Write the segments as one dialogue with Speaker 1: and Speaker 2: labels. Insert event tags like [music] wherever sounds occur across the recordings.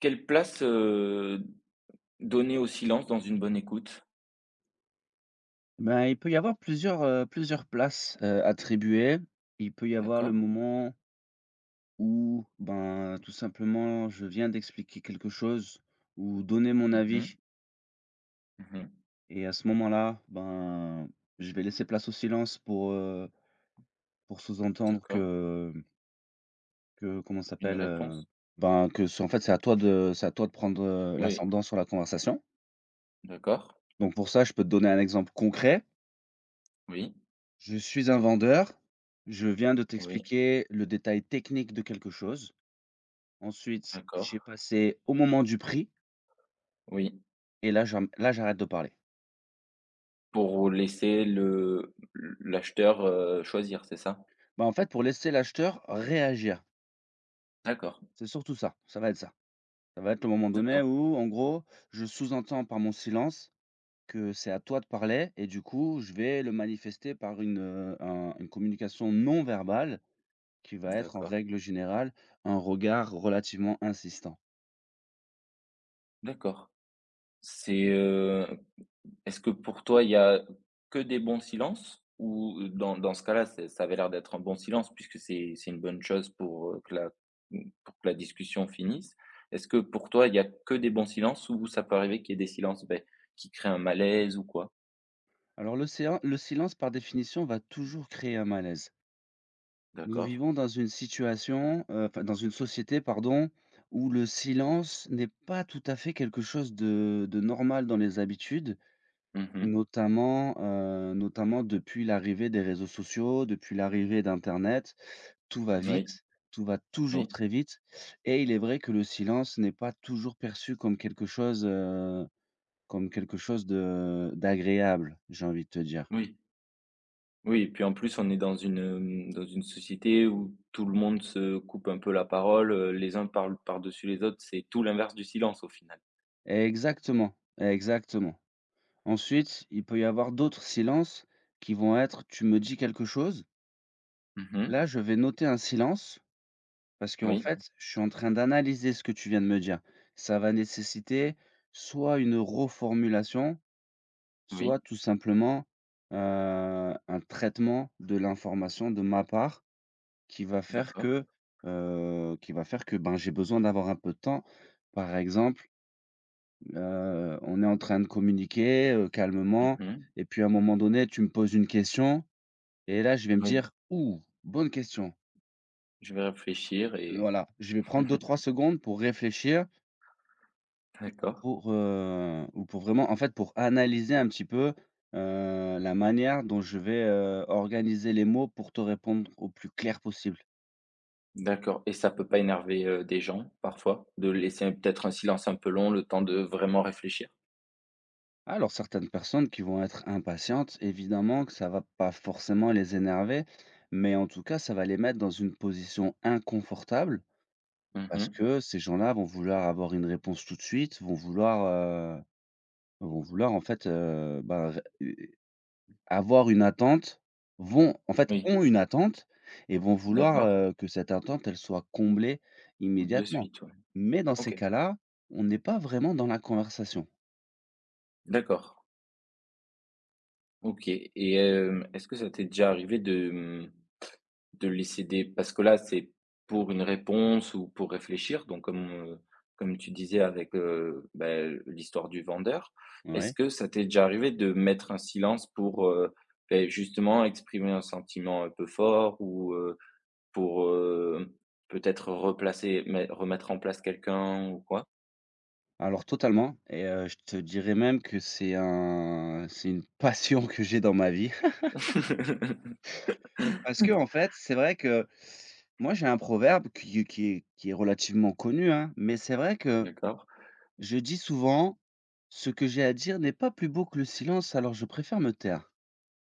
Speaker 1: Quelle place, donner au silence dans une bonne écoute?
Speaker 2: Ben, il peut y avoir plusieurs places, attribuées. Il peut y avoir le
Speaker 1: D'accord.
Speaker 2: moment où, ben, tout simplement, je viens d'expliquer quelque chose ou donner mon
Speaker 1: Mmh
Speaker 2: avis,
Speaker 1: mh. Mmh.
Speaker 2: et à ce moment-là, ben, je vais laisser place au silence pour sous-entendre
Speaker 1: D'accord.
Speaker 2: que comment ça
Speaker 1: Une
Speaker 2: s'appelle?
Speaker 1: réponse?
Speaker 2: Ben, que c'est en fait, c'est à toi de prendre,
Speaker 1: Oui.
Speaker 2: l'ascendant sur la conversation.
Speaker 1: D'accord.
Speaker 2: Donc pour ça, je peux te donner un exemple concret.
Speaker 1: Oui.
Speaker 2: Je suis un vendeur, je viens de
Speaker 1: Oui.
Speaker 2: t'expliquer le détail technique de quelque chose. Ensuite,
Speaker 1: D'accord.
Speaker 2: j'ai passé au moment du prix
Speaker 1: Oui.
Speaker 2: et là, j'arrête de parler.
Speaker 1: Pour laisser le l'acheteur, choisir, c'est ça?
Speaker 2: Bah, en fait, pour laisser l'acheteur réagir,
Speaker 1: D'accord.
Speaker 2: c'est surtout ça, ça va être ça. Ça va être le moment donné
Speaker 1: D'accord.
Speaker 2: où, en gros, je sous-entends par mon silence que c'est à toi de parler, et du coup, je vais le manifester par une communication non verbale qui va être, en
Speaker 1: D'accord.
Speaker 2: règle générale, un regard relativement insistant.
Speaker 1: D'accord. C'est, heu Est-ce que pour toi, il y a que des bons silences? Ou dans ce cas-là, c'est ça avait l'air d'être un bon silence puisque c'est une bonne chose pour, que la mmh, pour que la discussion finisse. Est-ce que pour toi, il y a que des bons silences ou ça peut arriver qu'il y ait des silences, qui créent un malaise ou quoi?
Speaker 2: Alors le silence par définition va toujours créer un malaise. Nous
Speaker 1: D'accord.
Speaker 2: vivons dans une situation, enfin dans une société pardon, où le silence n'est pas tout à fait quelque chose de normal dans les habitudes,
Speaker 1: Mmh.
Speaker 2: notamment depuis l'arrivée des réseaux sociaux, depuis l'arrivée d'internet. Tout va
Speaker 1: Oui,
Speaker 2: vite, tout va toujours
Speaker 1: oui,
Speaker 2: très vite, et il est vrai que le silence n'est pas toujours perçu comme comme quelque chose de d'agréable, j'ai envie de te dire.
Speaker 1: oui, oui et puis en plus, on est dans une, dans une société où tout le monde se coupe un peu la parole, les uns parlent par-dessus les autres, c'est tout l'inverse du silence au final.
Speaker 2: Exactement, exactement. Ensuite, il peut y avoir d'autres silences qui vont être: «Tu me dis quelque chose?»
Speaker 1: Mmh.
Speaker 2: Là, je vais noter un silence parce qu'en
Speaker 1: Oui,
Speaker 2: fait, je suis en train d'analyser ce que tu viens de me dire. Ça va nécessiter soit une reformulation, soit
Speaker 1: oui,
Speaker 2: tout simplement, un traitement de l'information de ma part qui va faire
Speaker 1: d'accord.
Speaker 2: que, qui va faire que, ben, j'ai besoin d'avoir un peu de temps. Par exemple. On est en train de communiquer, calmement,
Speaker 1: Mmh.
Speaker 2: et puis à un moment donné, tu me poses une question et là, je vais me
Speaker 1: Oui,
Speaker 2: dire: «Ouh, bonne question».
Speaker 1: je vais réfléchir et
Speaker 2: Voilà, je vais prendre deux trois
Speaker 1: [laughs]
Speaker 2: secondes pour réfléchir
Speaker 1: d'accord,
Speaker 2: ou pour vraiment en fait, pour analyser un petit peu, la manière dont je vais, organiser les mots pour te répondre au plus clair possible.
Speaker 1: d'accord et ça peut pas énerver, des gens parfois? De laisser peut-être un silence un peu long, le temps de vraiment réfléchir?
Speaker 2: Alors certaines personnes qui vont être impatientes, évidemment que ça va pas forcément les énerver, mais en tout cas, ça va les mettre dans une position inconfortable. Parce
Speaker 1: Mmh.
Speaker 2: que ces gens-là vont vouloir avoir une réponse tout de suite, heu, vont vouloir en fait, bah, ré avoir une attente, vont en fait,
Speaker 1: Oui,
Speaker 2: ont une attente, et vont vouloir,
Speaker 1: d'accord.
Speaker 2: que cette attente, elle soit comblée
Speaker 1: De
Speaker 2: immédiatement.
Speaker 1: suite, ouais.
Speaker 2: Mais dans ces
Speaker 1: OK,
Speaker 2: cas-là, on n'est pas vraiment dans la conversation,
Speaker 1: d'accord. OK et est-ce que ça t'est déjà arrivé de, mmh. De laisser des parce que là, c'est pour une réponse ou pour réfléchir, donc comme, comme tu disais avec, l'histoire du vendeur. Est-ce
Speaker 2: ouais.
Speaker 1: que ça t'est déjà arrivé de mettre un silence pour, justement exprimer un sentiment un peu fort ou, pour, peut-être replacer mais remettre en place quelqu'un ou quoi?
Speaker 2: Alors totalement, et je te dirais même que c'est une passion que j'ai dans ma vie.
Speaker 1: [laughs]
Speaker 2: Parce que en fait, c'est vrai que moi, j'ai un proverbe qui est relativement connu, hein, mais c'est vrai que
Speaker 1: D'accord.
Speaker 2: je dis souvent: «Ce que j'ai à dire n'est pas plus beau que le silence, alors je préfère me taire»,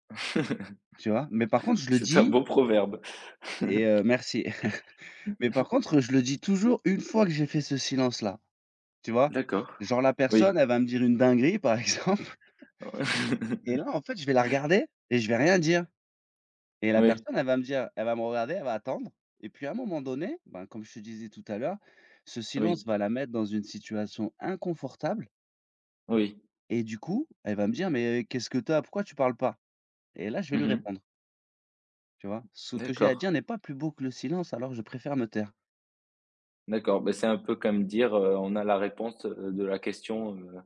Speaker 1: [laughs]
Speaker 2: tu vois? Mais par contre, je le
Speaker 1: C'est un
Speaker 2: dis.
Speaker 1: beau proverbe.
Speaker 2: Et
Speaker 1: [laughs]
Speaker 2: merci. [laughs] Mais par contre, je le dis toujours une fois que j'ai fait ce silence-là, tu vois?
Speaker 1: D'accord.
Speaker 2: Genre la
Speaker 1: Oui.
Speaker 2: personne, elle va me dire une dinguerie, par [laughs] exemple. Et là,
Speaker 1: [laughs]
Speaker 2: en fait, je vais la regarder et je vais rien dire. Et la
Speaker 1: Oui,
Speaker 2: personne, elle va me regarder, elle va attendre, et puis à un moment donné, ben, comme je te disais tout à l'heure, ce silence
Speaker 1: oui,
Speaker 2: va la mettre dans une situation inconfortable,
Speaker 1: oui.
Speaker 2: et du coup, elle va me dire: «Mais qu'est-ce que t'as? Pourquoi tu parles pas?» Et là, je vais lui
Speaker 1: Mmh.
Speaker 2: répondre, tu vois? Ce que j'ai à
Speaker 1: D'accord.
Speaker 2: dire n'est pas plus beau que le silence, alors je préfère me taire.
Speaker 1: D'accord, ben c'est un peu comme dire, on a la réponse, de la question,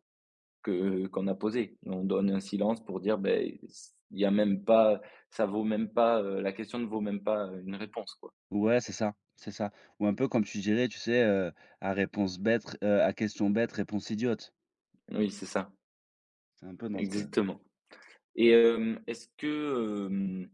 Speaker 1: que qu'on a posée. On donne un silence pour dire, ben il y a même pas ça vaut même pas, la question ne vaut même pas, une réponse, quoi.
Speaker 2: Ouais, c'est ça, c'est ça. Ou un peu comme tu dirais, tu sais, à réponse bête, à question bête, réponse idiote.
Speaker 1: Oui, c'est ça,
Speaker 2: C'est un peu dans ce.
Speaker 1: exactement et euh,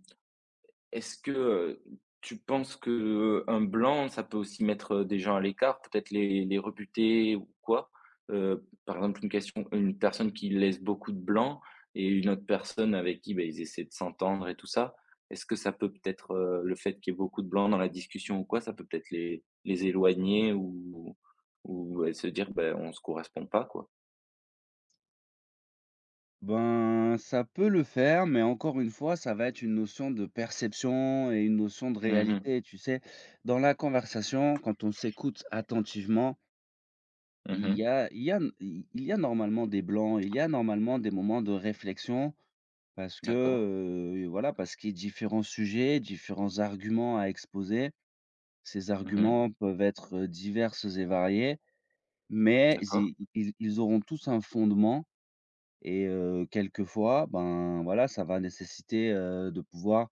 Speaker 1: Est-ce que, tu penses que, un blanc, ça peut aussi mettre, des gens à l'écart, peut-être les rebuter ou quoi? Par exemple, une personne qui laisse beaucoup de blancs et une autre personne avec qui, ben, ils essaient de s'entendre et tout ça. Est-ce que ça peut peut-être, le fait qu'il y ait beaucoup de blancs dans la discussion ou quoi, ça peut peut-être les éloigner ou, se dire: ben on se correspond pas, quoi»?
Speaker 2: Ben, ça peut le faire, mais encore une fois, ça va être une notion de perception et une notion de
Speaker 1: Mmh mh.
Speaker 2: réalité. Tu sais, dans la conversation, quand on s'écoute attentivement,
Speaker 1: Mmh.
Speaker 2: il y a normalement des blancs, il y a normalement des moments de réflexion parce que,
Speaker 1: D'accord.
Speaker 2: voilà, parce qu'il y a différents sujets, différents arguments à exposer. Ces
Speaker 1: Mmh.
Speaker 2: arguments peuvent être diverses et variés, mais
Speaker 1: D'accord.
Speaker 2: ils auront tous un fondement. Et quelquefois, ben, voilà, ça va nécessiter, de pouvoir,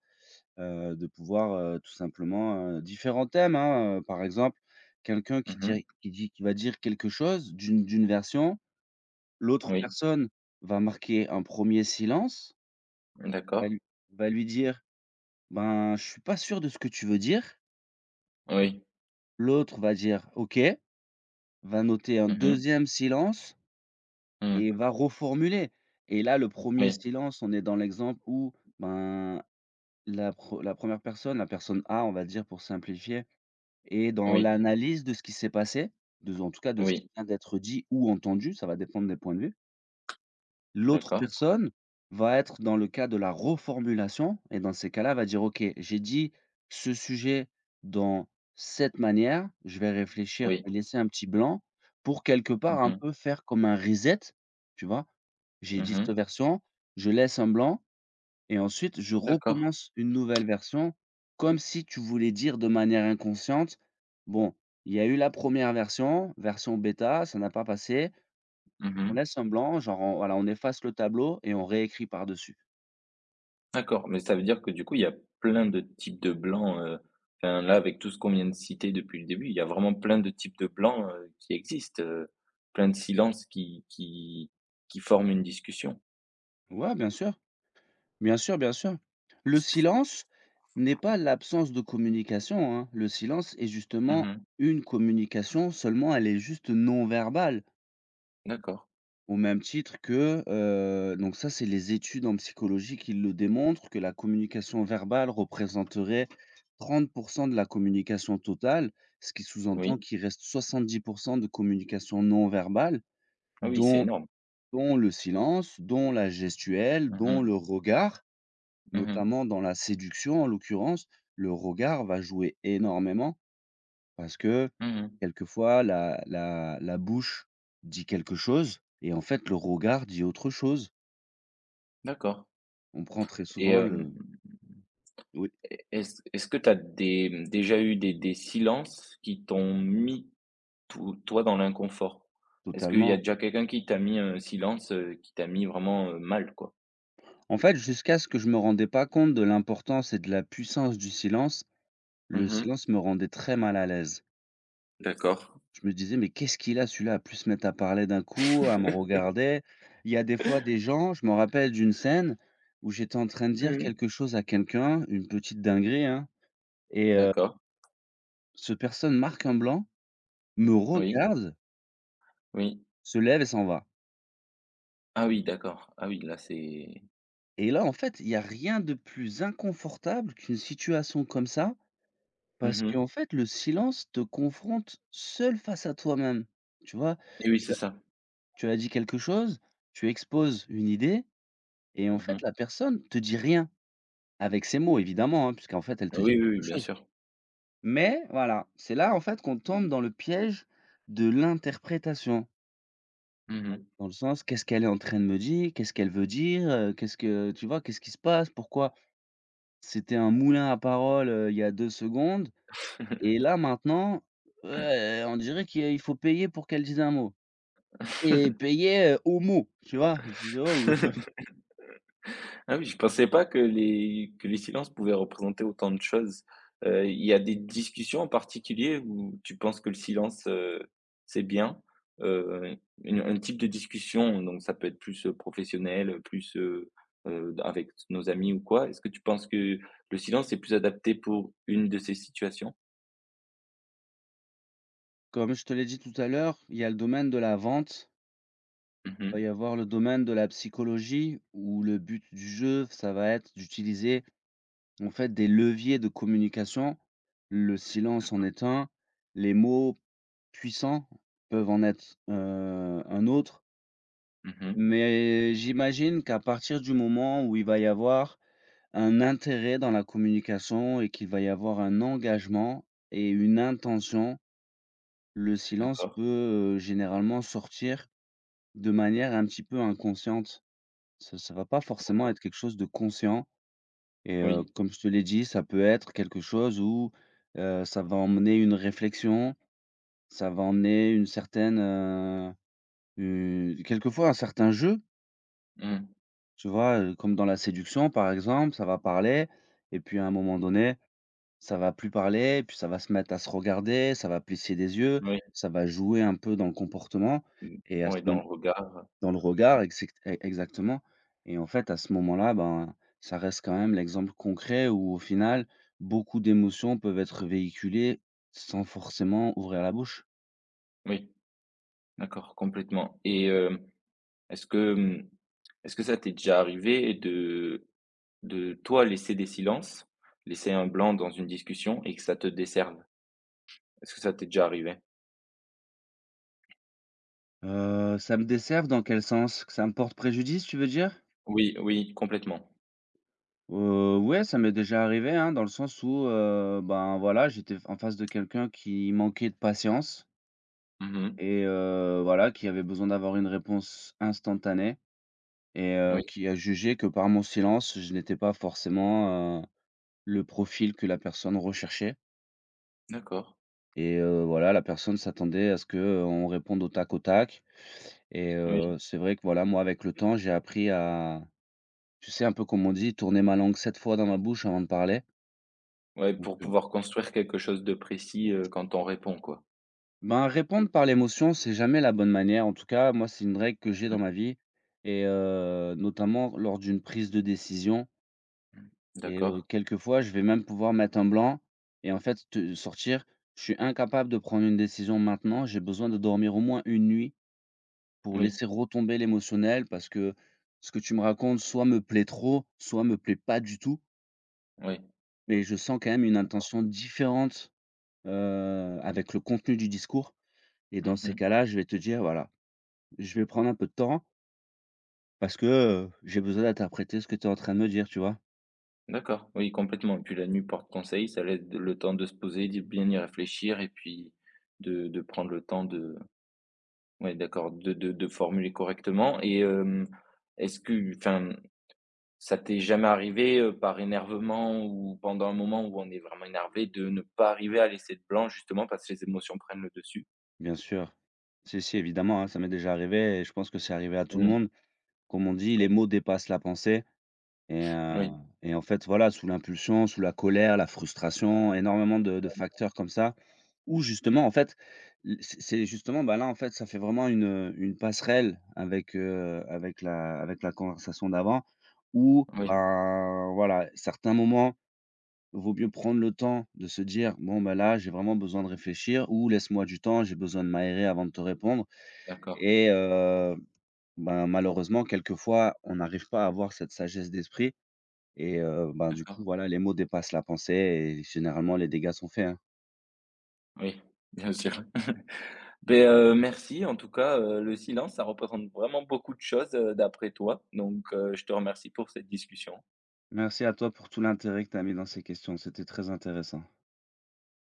Speaker 2: heu de pouvoir, tout simplement, différents thèmes, hein, par exemple, quelqu'un qui
Speaker 1: Mmh.
Speaker 2: dirait qui dit qui va dire quelque chose d'une version. L'autre
Speaker 1: Oui.
Speaker 2: personne va marquer un premier silence, va
Speaker 1: D'accord.
Speaker 2: lui va lui dire: «Ben, je suis pas sûr de ce que tu veux dire».
Speaker 1: Oui.
Speaker 2: L'autre va dire: «OK», va noter un
Speaker 1: Mmh mh.
Speaker 2: deuxième silence
Speaker 1: Mmh.
Speaker 2: et va reformuler. Et là, le premier
Speaker 1: Oui.
Speaker 2: silence, on est dans l'exemple où, ben, la première personne, la personne A, on va dire pour simplifier, est dans
Speaker 1: Oui,
Speaker 2: l'analyse de ce qui s'est passé, de en tout cas de ce qui
Speaker 1: oui,
Speaker 2: vient d'être dit ou entendu, ça va dépendre des points de vue. L'autre
Speaker 1: d'accord,
Speaker 2: personne va être dans le cas de la reformulation, et dans ces cas-là, va dire: «OK, j'ai dit ce sujet dans cette manière, je vais réfléchir
Speaker 1: oui.
Speaker 2: et laisser un petit blanc pour quelque
Speaker 1: Mmh
Speaker 2: part un
Speaker 1: mh.
Speaker 2: peu faire comme un reset», tu vois? «J'ai dit
Speaker 1: Mmh.
Speaker 2: cette version, je laisse un blanc». Et ensuite, je
Speaker 1: D'accord.
Speaker 2: recommence une nouvelle version, comme si tu voulais dire de manière inconsciente: «Bon, il y a eu la première version, version bêta, ça n'a pas passé, on
Speaker 1: Mmh.
Speaker 2: laisse un blanc, genre on efface le tableau et on réécrit par-dessus».
Speaker 1: D'accord, mais ça veut dire que du coup, il y a plein de types de blancs, enfin là, avec tout ce qu'on vient de citer depuis le début, il y a vraiment plein de types de blancs, qui existent, plein de silences qui forment une discussion.
Speaker 2: Ouais, bien sûr, bien sûr, bien sûr. Le silence n'est pas l'absence de communication, hein. Le silence est justement
Speaker 1: Mmh.
Speaker 2: une communication, seulement elle est juste non verbale.
Speaker 1: D'accord,
Speaker 2: Au même titre que, donc ça, c'est les études en psychologie qui le démontrent, que la communication verbale représenterait 30 de la communication totale, ce qui sous-entend
Speaker 1: oui.
Speaker 2: qu'il reste 70 de communication non verbale,
Speaker 1: Ah oui, c'est
Speaker 2: dont
Speaker 1: énorme.
Speaker 2: dont le silence, dont la gestuelle,
Speaker 1: Mmh
Speaker 2: dont
Speaker 1: mh.
Speaker 2: le regard,
Speaker 1: Mmh.
Speaker 2: notamment dans la séduction en l'occurrence. Le regard va jouer énormément parce que
Speaker 1: Mmh.
Speaker 2: quelquefois la bouche dit quelque chose et en fait le regard dit autre chose.
Speaker 1: D'accord
Speaker 2: On prend très
Speaker 1: et
Speaker 2: souvent le. Oui,
Speaker 1: est-ce que tu as des, mmh, déjà eu des silences qui t'ont mis To toi, dans l'inconfort? Est-ce qu'il y a
Speaker 2: totalement.
Speaker 1: déjà quelqu'un qui t'a mis un silence, qui t'a mis vraiment, mal, quoi?
Speaker 2: En fait, jusqu'à ce que je me rendais pas compte de l'importance et de la puissance du silence, le
Speaker 1: Mmh.
Speaker 2: silence me rendait très mal à l'aise.
Speaker 1: D'accord.
Speaker 2: Je me disais: «Mais qu'est-ce qu'il a celui-là à plus se mettre à parler d'un coup, à me
Speaker 1: [laughs]
Speaker 2: regarder?» Il y a des fois des gens. Je me rappelle d'une scène où j'étais en train de dire
Speaker 1: Mmh.
Speaker 2: quelque chose à quelqu'un, une petite dinguerie, hein, et
Speaker 1: D'accord,
Speaker 2: cette personne marque un blanc, me
Speaker 1: oui,
Speaker 2: regarde,
Speaker 1: oui.
Speaker 2: se lève et s'en va.
Speaker 1: Ah oui, d'accord. Ah oui, là, c'est
Speaker 2: Et là, en fait, il y a rien de plus inconfortable qu'une situation comme ça.
Speaker 1: mmh
Speaker 2: Parce
Speaker 1: mh.
Speaker 2: qu'en fait, le silence te confronte seul face à toi-même. Tu vois?
Speaker 1: Eh oui, c'est
Speaker 2: Ouais.
Speaker 1: ça.
Speaker 2: Tu as dit quelque chose, tu exposes une idée et en fait,
Speaker 1: Mmh.
Speaker 2: la personne te dit rien, avec ses mots évidemment, hein, puisqu'en fait, elle te dit
Speaker 1: Oui, oui, oui,
Speaker 2: quelque
Speaker 1: bien
Speaker 2: chose.
Speaker 1: sûr.
Speaker 2: Mais voilà, c'est là, en fait, qu'on tombe dans le piège de l'interprétation.
Speaker 1: Mmh.
Speaker 2: Dans le sens: «Qu'est-ce qu'elle est en train de me dire? Qu'est-ce qu'elle veut dire? Qu'est-ce que» tu vois? «Qu'est-ce qui se passe? Pourquoi?» C'était un moulin à paroles, il y a 2 secondes. Et là maintenant, ouais, on dirait qu'il faut payer pour qu'elle dise un mot et payer, au mot, tu vois? Je dis: «Oh!»
Speaker 1: [laughs]
Speaker 2: [laughs]
Speaker 1: Ah oui, je pensais pas que les silences pouvaient représenter autant de choses. Il y a des discussions en particulier où tu penses que le silence, c'est bien? Une un type de discussion, donc ça peut être plus, professionnel, avec nos amis ou quoi. Est-ce que tu penses que le silence est plus adapté pour une de ces situations?
Speaker 2: Comme je te l'ai dit tout à l'heure, il y a le domaine de la vente, il va y
Speaker 1: Mmh.
Speaker 2: avoir le domaine de la psychologie où le but du jeu, ça va être d'utiliser en fait des leviers de communication. Le silence en
Speaker 1: D'accord.
Speaker 2: est un, les mots puissants peuvent en être, un autre.
Speaker 1: Mmh.
Speaker 2: Mais j'imagine qu'à partir du moment où il va y avoir un intérêt dans la communication et qu'il va y avoir un engagement et une intention. Le silence
Speaker 1: D'accord,
Speaker 2: peut, généralement sortir de manière un petit peu inconsciente. Ça va pas forcément
Speaker 1: d'accord.
Speaker 2: être quelque chose de conscient. Et
Speaker 1: Oui.
Speaker 2: comme je te l'ai dit, ça peut être quelque chose où, ça va emmener une réflexion, ça va emmener une certaine, u quelquefois un certain jeu,
Speaker 1: Mmh.
Speaker 2: tu vois? Comme dans la séduction par exemple, ça va parler et puis à un moment donné. Ça va plus parler, puis ça va se mettre à se regarder, ça va plisser des yeux,
Speaker 1: Oui.
Speaker 2: ça va jouer un peu dans le comportement et à ce
Speaker 1: Oui,
Speaker 2: mom
Speaker 1: dans le regard,
Speaker 2: dans le regard exactement. Et en fait, à ce moment-là, ben, ça reste quand même l'exemple concret où, au final, beaucoup d'émotions peuvent être véhiculées sans forcément ouvrir la bouche.
Speaker 1: oui, d'accord, complètement et hem Est-ce que, mmh, est-ce que ça t'est déjà arrivé de toi laisser des silences, laisser un blanc dans une discussion et que ça te desserve? Est-ce que ça t'est déjà arrivé?
Speaker 2: Ça me desserve dans quel sens? Que ça me porte préjudice, tu veux dire?
Speaker 1: Oui, oui, complètement.
Speaker 2: Ouais, ça m'est déjà arrivé, hein, dans le sens où, ben, voilà, j'étais en face de quelqu'un qui manquait de patience.
Speaker 1: Mmh.
Speaker 2: Et voilà, qui avait besoin d'avoir une réponse instantanée, et
Speaker 1: Oui,
Speaker 2: qui a jugé que par mon silence, je n'étais pas forcément, le profil que la personne recherchait.
Speaker 1: d'accord.
Speaker 2: Et voilà, la personne s'attendait à ce que on réponde au tac au tac. Et
Speaker 1: Oui,
Speaker 2: c'est vrai que, voilà, moi, avec le temps, j'ai appris à, tu sais, un peu comme on dit, tourner ma langue 7 fois dans ma bouche avant de parler.
Speaker 1: ouais,
Speaker 2: Donc
Speaker 1: pour pouvoir construire quelque chose de précis, quand on répond, quoi.
Speaker 2: ben, répondre par l'émotion, c'est jamais la bonne manière. En tout cas, moi, c'est une règle que j'ai dans
Speaker 1: Mmh.
Speaker 2: ma vie, et notamment lors d'une prise de décision. Et
Speaker 1: D'accord.
Speaker 2: quelquefois, je vais même pouvoir mettre un blanc et en fait te sortir. Je suis incapable de prendre une décision maintenant, j'ai besoin de dormir au moins une nuit pour
Speaker 1: Oui,
Speaker 2: laisser retomber l'émotionnel parce que ce que tu me racontes soit me plaît trop, soit me plaît pas du tout,
Speaker 1: oui.
Speaker 2: mais je sens quand même une
Speaker 1: D'accord.
Speaker 2: intention différente, avec le contenu du discours, et dans ces
Speaker 1: Mmh.
Speaker 2: cas-là, je vais te dire: «Voilà, je vais prendre un peu de temps parce que, j'ai besoin d'interpréter ce que tu es en train de me dire», tu vois?
Speaker 1: D'accord, oui, complètement et puis la nuit porte conseil, ça laisse le temps de se poser, de bien y réfléchir et puis de prendre le temps de. Ouais, d'accord, de de formuler correctement et est-ce que enfin, ça t'est jamais arrivé, par énervement ou pendant un moment où on est vraiment énervé, de ne pas arriver à laisser de blanc justement parce que les émotions prennent le dessus?
Speaker 2: Bien sûr. Si, si, évidemment, hein, ça m'est déjà arrivé et je pense que c'est arrivé à tout le
Speaker 1: Mmh.
Speaker 2: monde. Comme on dit, les
Speaker 1: Oui,
Speaker 2: mots dépassent la pensée. Et
Speaker 1: oui,
Speaker 2: en fait, voilà, sous l'impulsion, sous la colère, la frustration, énormément de facteurs comme ça, où justement, en fait, l c'est justement, bah, là, en fait, ça fait vraiment une passerelle avec la conversation d'avant, où,
Speaker 1: oui,
Speaker 2: ben, voilà, certains moments, vaut mieux prendre le temps de se dire: «Bon, bah, là, j'ai vraiment besoin de réfléchir» ou «Laisse-moi du temps, j'ai besoin de m'aérer avant de te répondre».
Speaker 1: d'accord,
Speaker 2: Et ben, malheureusement, quelquefois, on n'arrive pas à avoir cette sagesse d'esprit. Et ben, du coup,
Speaker 1: d'accord.
Speaker 2: voilà, les mots dépassent la pensée et généralement les dégâts sont faits, hein.
Speaker 1: Oui, bien sûr. Ben merci en tout cas, le silence, ça représente vraiment beaucoup de choses, d'après toi, donc je te remercie pour cette discussion.
Speaker 2: Merci à toi pour tout l'intérêt que tu as mis dans ces questions, c'était très intéressant.